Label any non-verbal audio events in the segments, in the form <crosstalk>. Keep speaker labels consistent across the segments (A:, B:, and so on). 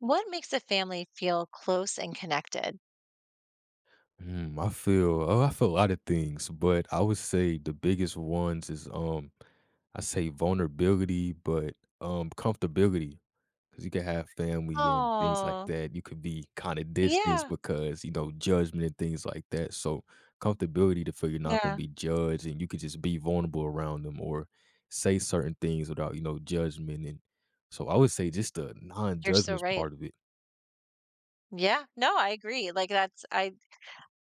A: What makes a family feel close and connected?
B: Hmm, I feel oh, I feel a lot of things, but I would say the biggest ones is I say vulnerability, but comfortability, because you can have family and things like
A: Oh,
B: that. You could be kind of distanced
A: yeah.
B: because judgment and things like that. So comfortability, to feel you're not going
A: Yeah.
B: to be judged and you could just be vulnerable around them or say certain things without judgment. And so I would say just the
A: You're so
B: non-judgment
A: right.
B: part of it.
A: Yeah. No, I agree. Like that's I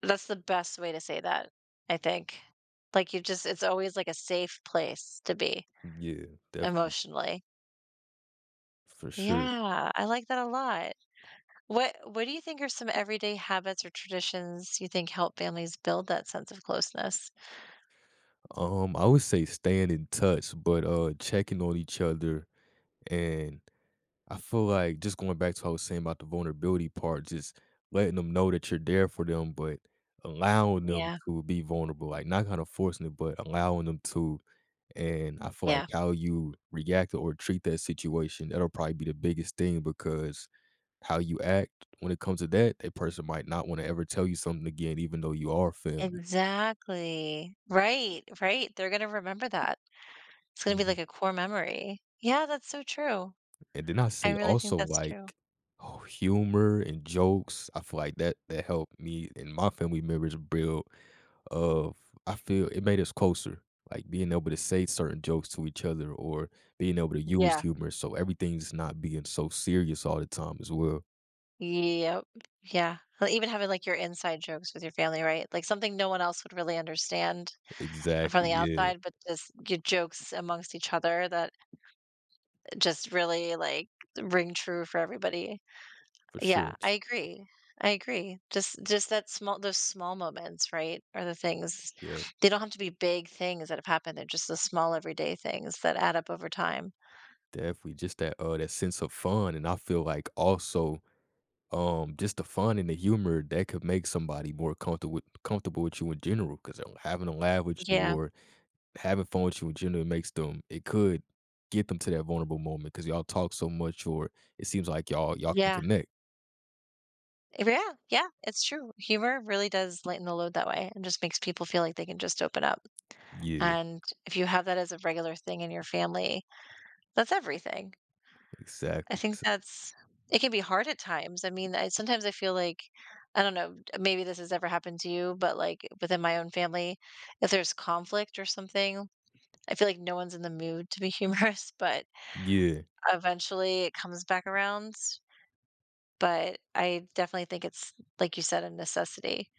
A: that's the best way to say that, I think. Like you just it's always like a safe place to be
B: Yeah, definitely,
A: emotionally.
B: for sure.
A: Yeah, I like that a lot. What do you think are some everyday habits or traditions you think help families build that sense of closeness?
B: I would say staying in touch, but, checking on each other, and I feel like just going back to what I was saying about the vulnerability part, just letting them know that you're there for them, but allowing them
A: Yeah.
B: to be vulnerable, like, not kinda forcing it, but allowing them to, and I feel like
A: Yeah.
B: how you react or treat that situation, that'll probably be the biggest thing because how you act when it comes to that, that person might not wanna ever tell you something again even though you are family.
A: Exactly. Right, right. They're going to remember that. It's gonna be like
B: Mhm.
A: a core memory. Yeah, that's so true.
B: And then I
A: I
B: say
A: really think
B: also
A: that's true.
B: like oh, humor and jokes. I feel like that helped me and my family members build of I feel it made us closer. Like being able to say certain jokes to each other or being able to use
A: Yeah.
B: humor so everything's not being so serious all the time as well.
A: Yep. Yeah. Well, even having, like, your inside jokes with your family, right? Like, something no one else would really understand from
B: Exactly.
A: the
B: Yeah.
A: outside, but just your jokes amongst each other that just really, like, ring true for everybody.
B: For sure.
A: Yeah, I agree. I agree. Just that small those small moments, right, are the things
B: Yeah.
A: they don't have to be big things that have happened, they're just the small everyday things that add up over time.
B: Definitely just that that sense of fun. And I feel like also just the fun and the humor that could make somebody more comfortable with you in general. Because having a laugh with you
A: Yeah.
B: or having fun with you in general makes them it could get them to that vulnerable moment because 'cause y'all talk so much or it seems like y'all can
A: Yeah.
B: connect.
A: Yeah, yeah, it's true. Humor really does lighten the load that way and just makes people feel like they can just open up.
B: Yeah,
A: And if you have that as a regular thing in your family, that's everything. I
B: exactly.
A: think that's it can be hard at times. I mean, I sometimes I feel like I don't know, maybe this has ever happened to you, but like within my own family, if there's conflict or something, I feel like no one's in the mood to be humorous, <laughs> but
B: Yeah.
A: eventually it comes back around. But I definitely think it's like you said, a necessity.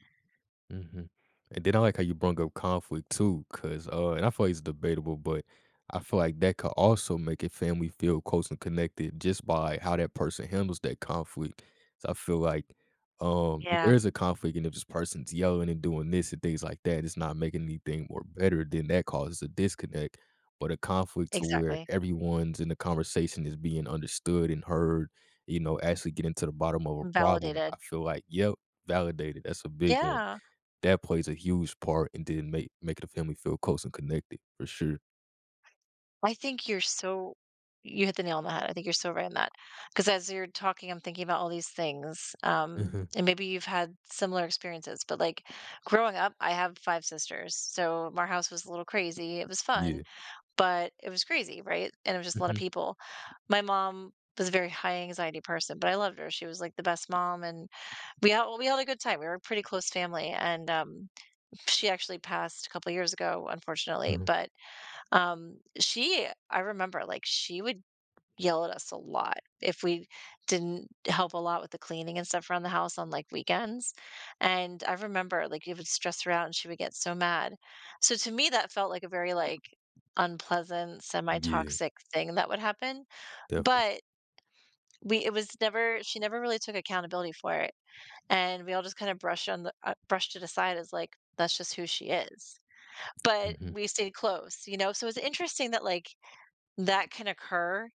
B: Mhm. And then I like how you brought up conflict too, cause and I feel like it's debatable, but I feel like that could also make a family feel close and connected just by how that person handles that conflict. So I feel like if
A: Yeah,
B: there is a conflict and if this person's yelling and doing this and things like that, it's not making anything more better. Then that causes a disconnect. But a conflict to where
A: exactly.
B: everyone's in the conversation is being understood and heard, you know, actually getting to the bottom of a problem.
A: Validated.
B: I feel like, yep, validated. That's a big one
A: Yeah.
B: that plays a huge part and then make making the family feel close and connected for sure.
A: I think you hit the nail on the head. I think you're so right on that. Because as you're talking, I'm thinking about all these things. Um,
B: Mhm.
A: and maybe you've had similar experiences, but, like, growing up, I have 5 sisters, so our house was a little crazy. It was fun,
B: Yeah.
A: but it was crazy, right? And it was just a lot of
B: Mhm.
A: people. My mom was a very high anxiety person, but I loved her. She was, like, the best mom, and we had a good time. We were a pretty close family, and, she actually passed a couple years ago, unfortunately,
B: Mhm.
A: but she I remember, like, she would yell at us a lot if we didn't help a lot with the cleaning and stuff around the house on, like, weekends, and I remember, like, it would stress her out and she would get so mad. So to me, that felt like a very, like, unpleasant,
B: Yeah,
A: semi-toxic thing that would happen,
B: definitely.
A: but we it was never she never really took accountability for it, and we all just kinda brushed on the brushed it aside as, like, that's just who she is, but
B: Mhm.
A: we stayed close, you know? So it's interesting that, like, that can occur.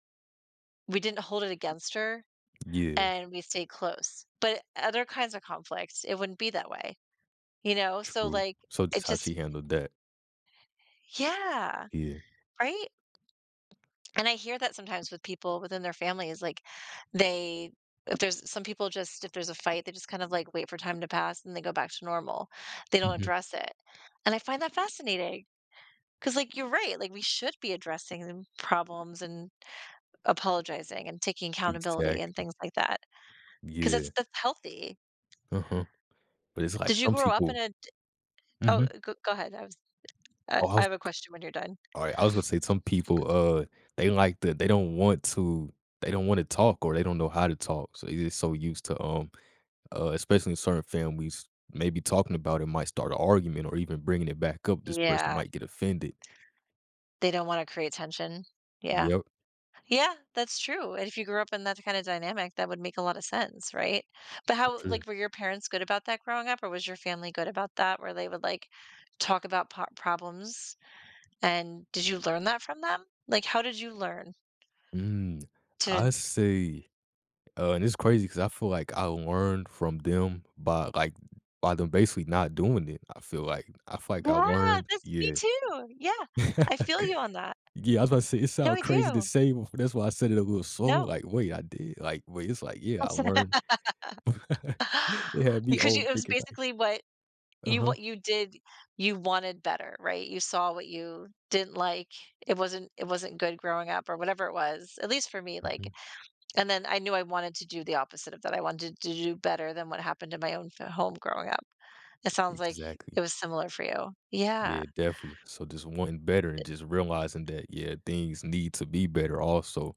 A: We didn't hold it against her
B: Yeah,
A: and we stayed close. But other kinds of conflicts, it wouldn't be that way, you know? So,
B: true.
A: like,
B: So
A: it
B: just how
A: just,
B: she handled that.
A: yeah,
B: Yeah.
A: right. And I hear that sometimes with people within their families, like, they, if there's some people just, if there's a fight, they just kind of like wait for time to pass and they go back to normal. They don't
B: Mhm.
A: address it. And I find that fascinating because, like, you're right. Like, we should be addressing problems and apologizing and taking accountability and
B: Exactly.
A: things like that. 'Cause that's
B: Yeah.
A: that's healthy.
B: Uh-huh. But it's like
A: Did you
B: some
A: grow up in
B: people
A: a? Oh,
B: Mhm.
A: go ahead. I was I
B: oh, I
A: I
B: was
A: have a question when you're done.
B: alright, I was gonna say some people, they like the they don't want to they don't wanna talk or they don't know how to talk, so they just so used to, especially in certain families, maybe talking about it might start an argument or even bringing it back up. This person
A: Yeah.
B: might get offended.
A: They don't wanna create tension. Yeah.
B: Yep,
A: Yeah, that's true, and if you grew up in that kinda dynamic, that would make a lot of sense, right? But
B: for
A: how
B: sure.
A: like, were your parents good about that growing up, or was your family good about that, where they would, like, talk about po problems? And did you learn that from them? Like, how did you learn
B: Mm, I
A: to?
B: say, and it's crazy because I feel like I learned from them by like by them basically not doing it. I feel like I
A: Yeah,
B: learned.
A: that's me
B: Yeah,
A: too. Yeah,
B: <laughs>
A: I feel you on that.
B: yeah. I was about to say it
A: No,
B: sounds
A: I
B: crazy to
A: do.
B: say, but that's why I said it a little slow.
A: No.
B: Like, wait, I did. Like, wait, it's like yeah, I learned.
A: <laughs>
B: <laughs> it had me
A: Because you
B: old
A: it was
B: thinking like,
A: basically
B: uh huh.
A: what you did you wanted better, right? You saw what you didn't like. It wasn't good growing up or whatever it was, at least for me, like and then I knew I wanted to do the opposite of that. I wanted to do better than what happened in my own f home growing up. It sounds like
B: Exactly.
A: it was similar for you. Yeah,
B: Yeah, definitely. So just wanting better and just realizing that, yeah, things need to be better also.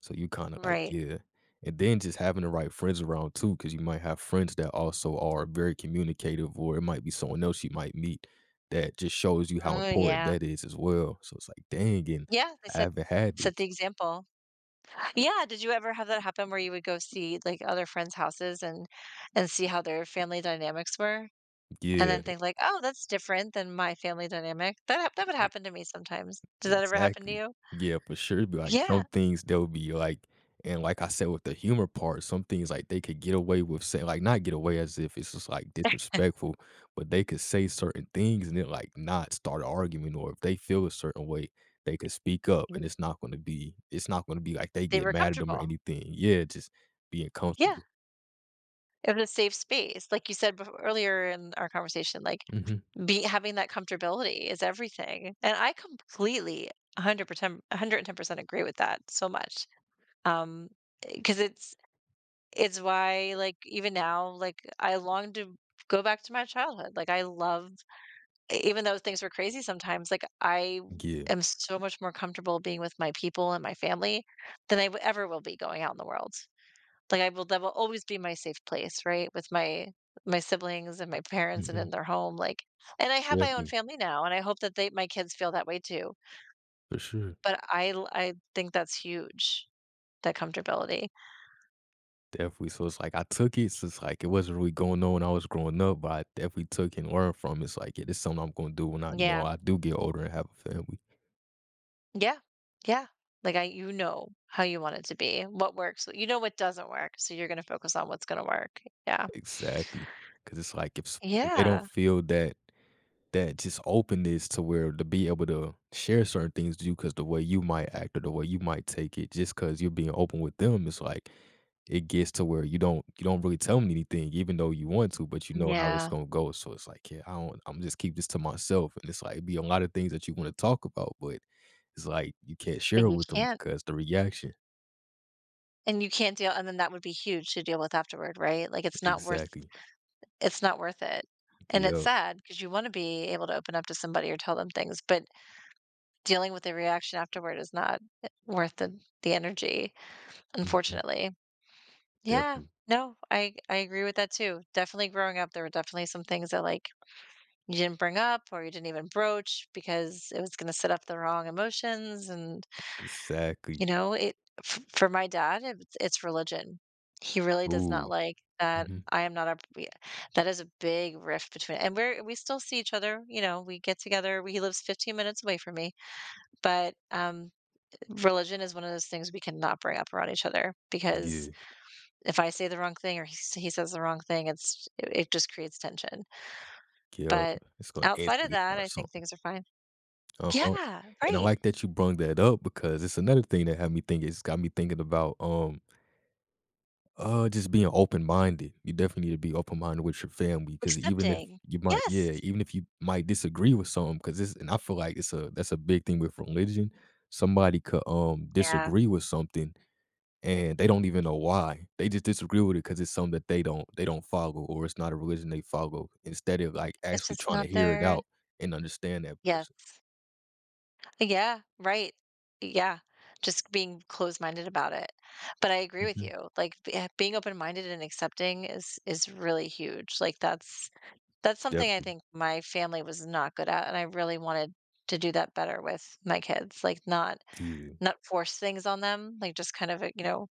B: So you kind of like,
A: right.
B: yeah. And then just having the right friends around too, because you might have friends that also are very communicative, or it might be someone else you might meet that just shows you how
A: Oh,
B: important
A: yeah.
B: that is as well. So it's like, dang, and
A: Yeah, they
B: I
A: set
B: haven't had this.
A: set the example. Yeah, did you ever have that happen where you would go see, like, other friends' houses and see how their family dynamics were? And
B: Yeah.
A: then think like, "Oh, that's different than my family dynamic." That would happen to me sometimes. Did that ever happen to
B: Exactly.
A: you?
B: Yeah, for sure. it be like
A: Yeah.
B: some things they'll be like, and like I said with the humor part, some things like they could get away with saying, like not get away as if it's just like disrespectful, but they could say certain things and then like not start an argument, or if they feel a certain way, they could speak up,
A: Mhm.
B: and it's not going to be like they
A: They
B: get
A: were
B: mad at them or
A: comfortable.
B: anything. Yeah, just being
A: Yeah.
B: comfortable.
A: It was a safe space. Like you said befo earlier in our conversation, like,
B: Hmm.
A: be having that comfortability is everything, and I completely 100%, 110% agree with that so much. Um, because it's why, like, even now, like, I long to go back to my childhood. Like, I love e even though things were crazy sometimes, like, I
B: Yeah,
A: am so much more comfortable being with my people and my family than I w ever will be going out in the world. Like, I will that will always be my safe place, right, with my siblings and my parents and
B: hmm,
A: in their home, like and I have my own
B: definitely
A: family now, and I hope that they my kids feel that way too,
B: for sure.
A: but I think that's huge, that comfortability.
B: Definitely. So it's like I took it. So it's like it wasn't really going on when I was growing up, but I definitely took and learned from it. It's like, yeah, this is something I'm going to do when I, you know,
A: Yeah.
B: I do get older and have a family.
A: Yeah. Yeah. Like I you know how you want it to be, what works. You know what doesn't work, so you're gonna focus on what's gonna work. Yeah.
B: Exactly. Because it's like if, if they don't
A: Yeah.
B: feel that, that just openness to where to be able to share certain things with you because the way you might act or the way you might take it, just because you're being open with them, it's like It gets to where you don't really tell me anything even though you want to, but you know how it's
A: Yeah.
B: gonna go, so it's like, "Yeah, I don't am just keep this to myself," and it's like, be a lot of things that you wanna talk about, but it's like you can't share
A: But
B: it
A: you
B: with them
A: can't
B: because the reaction
A: and you can't deal and then that would be huge to deal with afterward, right? Like
B: Exactly.
A: it's not worth it. And it's
B: Yep.
A: sad because you wanna be able to open up to somebody or tell them things, but dealing with the reaction afterward is not worth the energy,
B: Mhm.
A: unfortunately. Yeah.
B: Definitely.
A: No, I agree with that too. Definitely growing up, there were definitely some things that like you didn't bring up or you didn't even broach because it was going to set up the wrong emotions and
B: Exactly.
A: you know it for my dad it's religion. He really does not
B: Ooh.
A: like that
B: Mhm.
A: I am not that is a big rift between and we still see each other. You know, we get together. He lives 15 minutes away from me, but religion is one of those things we cannot bring up around each other because
B: Yeah.
A: if I say the wrong thing or he says the wrong thing it just creates tension,
B: Yep.
A: but
B: It's gonna
A: outside of
B: instantly
A: that
B: start
A: I think
B: something.
A: things are fine.
B: Uh-huh.
A: Yeah,
B: And I
A: right.
B: like that you brung that up because it's another thing that had me think it's got me thinking about, just being open-minded. You definitely need to be open-minded with your family because even if
A: Accepting.
B: you might yeah,
A: Yes.
B: even if you might disagree with something, because this, and I feel like it's a that's a big thing with religion. Somebody could,
A: Yeah.
B: disagree with something and they don't even know why. They just disagree with it because it's something that they don't follow, or it's not a religion they follow, instead of, like,
A: It's
B: actually
A: just
B: trying to
A: not
B: hear it
A: their
B: out and understand that
A: Yes.
B: person.
A: Yeah, right. Yeah. Just being closed-minded about it. But I agree with
B: Mhm.
A: you. Like, being open-minded and accepting is really huge. Like, that's something I
B: Definitely.
A: think my family was not good at, and I really wanted to do that better with my kids. Like,
B: Yeah.
A: not force things on them, like, just kind of, you know.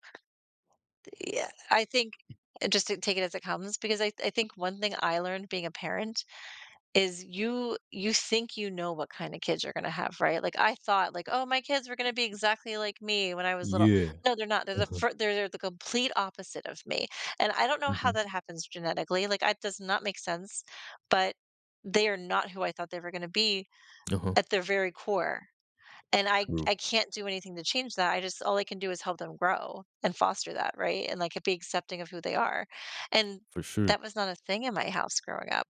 A: Yeah, I think just to take it as it comes because I think one thing I learned being a parent is you think you know what kind of kids you're gonna have, right? Like, I thought, like, "Oh, my kids were gonna be exactly like me when I was little."
B: Yeah.
A: No, they're not.
B: Uh-huh.
A: They're the complete opposite of me, and I don't know how
B: Mhm.
A: that happens genetically, like, it does not make sense, but they are not who I thought they were gonna be
B: Uh-huh.
A: at their very core, and I
B: True.
A: I can't do anything to change that. I just all I can do is help them grow and foster that, right? And, like, be accepting of who they are, and
B: For sure.
A: that was not a thing in my house growing up.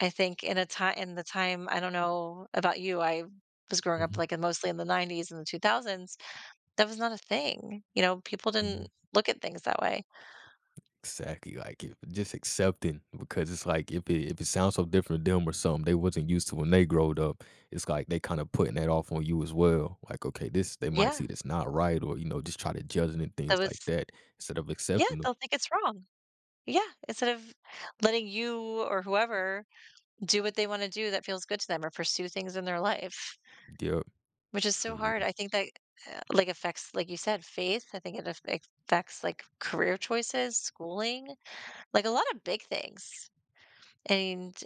A: I think in the time I don't know about you, I was growing up,
B: Mhm.
A: like, in mostly in the '90s and the 2000s, that was not a thing, you know, people
B: Mhm.
A: didn't look at things that way.
B: Exactly, like, if just accepting because it's like if it sounds so different to them or something they wasn't used to when they growed up, it's like they kinda putting that off on you as well. Like, okay, this they might
A: Yeah,
B: see that's not right, or, you know, just try to judge it and
A: that
B: things like
A: was
B: that instead of
A: yeah,
B: accepting them.
A: they'll think it's wrong. Yeah, instead of letting you or whoever do what they wanna do that feels good to them or pursue things in their life,
B: Yep.
A: which is
B: So,
A: so hard.
B: yeah,
A: I think that, like, affects, like you said, faith. I think it affec affects, like, career choices, schooling, like, a lot of big things, and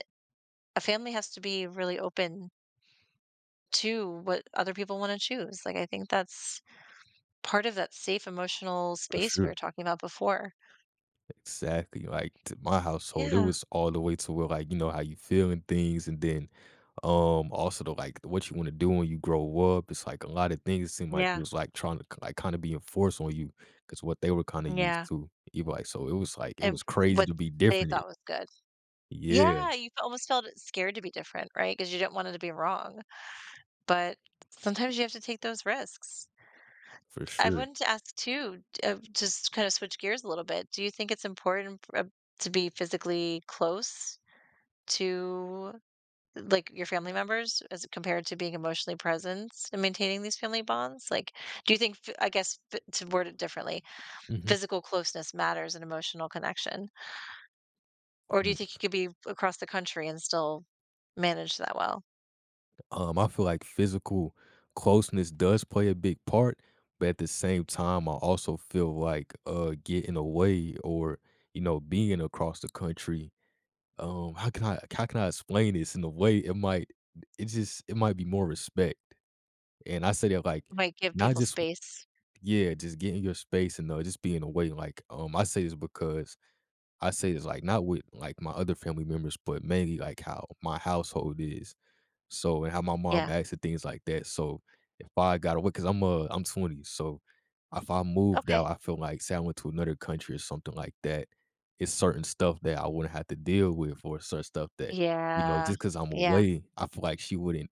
A: a family has to be really open to what other people want to choose. Like, I think that's part of that safe emotional
B: for
A: space we were
B: sure.
A: talking about before.
B: Exactly, like, to my household, it
A: Yeah.
B: was all the way to where, like, you know, how you feel and things, and then also though, like what you want to do when you grow up, it's like a lot of things seem like it
A: Yeah.
B: was like trying to like kind of be enforced on you because what they were kind of used
A: Yeah.
B: to. You like, so it was like it
A: And
B: was crazy
A: what
B: to be
A: they
B: different.
A: thought
B: It
A: was good.
B: yeah,
A: Yeah. You almost felt scared to be different, right? Because you didn't want it to be wrong. But sometimes you have to take those risks.
B: for
A: I
B: sure.
A: wanted to ask too, just kind of switch gears a little bit. Do you think it's important to be physically close to like, your family members as compared to being emotionally present and maintaining these family bonds? Like, do you think f I guess f to word it differently,
B: Hmm.
A: physical closeness matters in emotional connection? Or do you think you could be across the country and still manage that well?
B: I feel like physical closeness does play a big part, but at the same time, I also feel like getting away or you know being across the country. How can I explain this in a way it might it just it might be more respect. And I say that, like,
A: Might give
B: not
A: people
B: just
A: space?
B: yeah, just getting your space and, just being away, like, I say this because I say this, like, not with, like, my other family members, but mainly, like, how my household is. So and how my mom
A: Yeah.
B: acts and things like that. So if I got away, because 'cause I'm 20, so if I moved out,
A: Okay.
B: I feel like, say I went to another country or something like that, it's certain stuff that I wouldn't have to deal with or certain stuff that, you know,
A: Yeah.
B: just because 'cause I'm
A: Yeah.
B: away, I feel like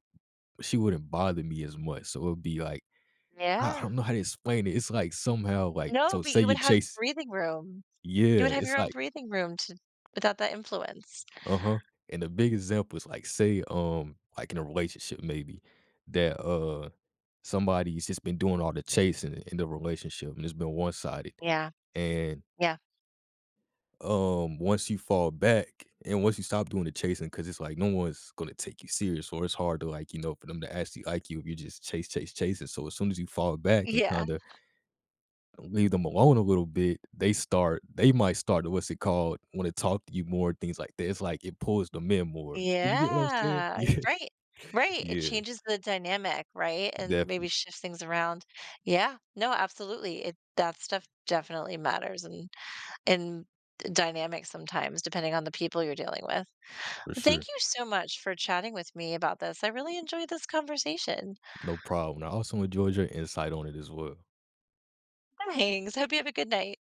B: she wouldn't bother me as much. So it would be like I
A: Yeah.
B: don't know how to explain it. It's like somehow, like,
A: No,
B: so
A: but
B: say
A: you would
B: you
A: have
B: chase
A: breathing room. You would
B: yeah,
A: have your
B: it's
A: own
B: like
A: breathing room to without that influence.
B: uh-huh, and the big example is like, say, like in a relationship maybe that, somebody's just been doing all the chasing in the relationship and it's been one-sided,
A: Yeah.
B: and,
A: Yeah.
B: once you fall back and once you stop doing the chasing because it's like no one's gonna take you serious or it's hard to, like, you know, for them to actually like you if you just chase, chase, chasing, so as soon as you fall back and
A: Yeah.
B: kinda leave them alone a little bit, they might start to what's it called, wanna talk to you more, things like that. It's like it pulls them in more. You get what I'm saying? <laughs>
A: Yeah, y
B: Yeah,
A: right, right, it
B: yeah,
A: changes the dynamic, right, and maybe
B: definitely,
A: shifts things around. Yeah, no, absolutely, it that stuff definitely matters and in dynamics sometimes depending on the people you're dealing with.
B: for sure.
A: Thank you so much for chatting with me about this, I really enjoyed this conversation.
B: No problem. I also enjoyed your insight on it as well.
A: Thanks, hope you have a good night.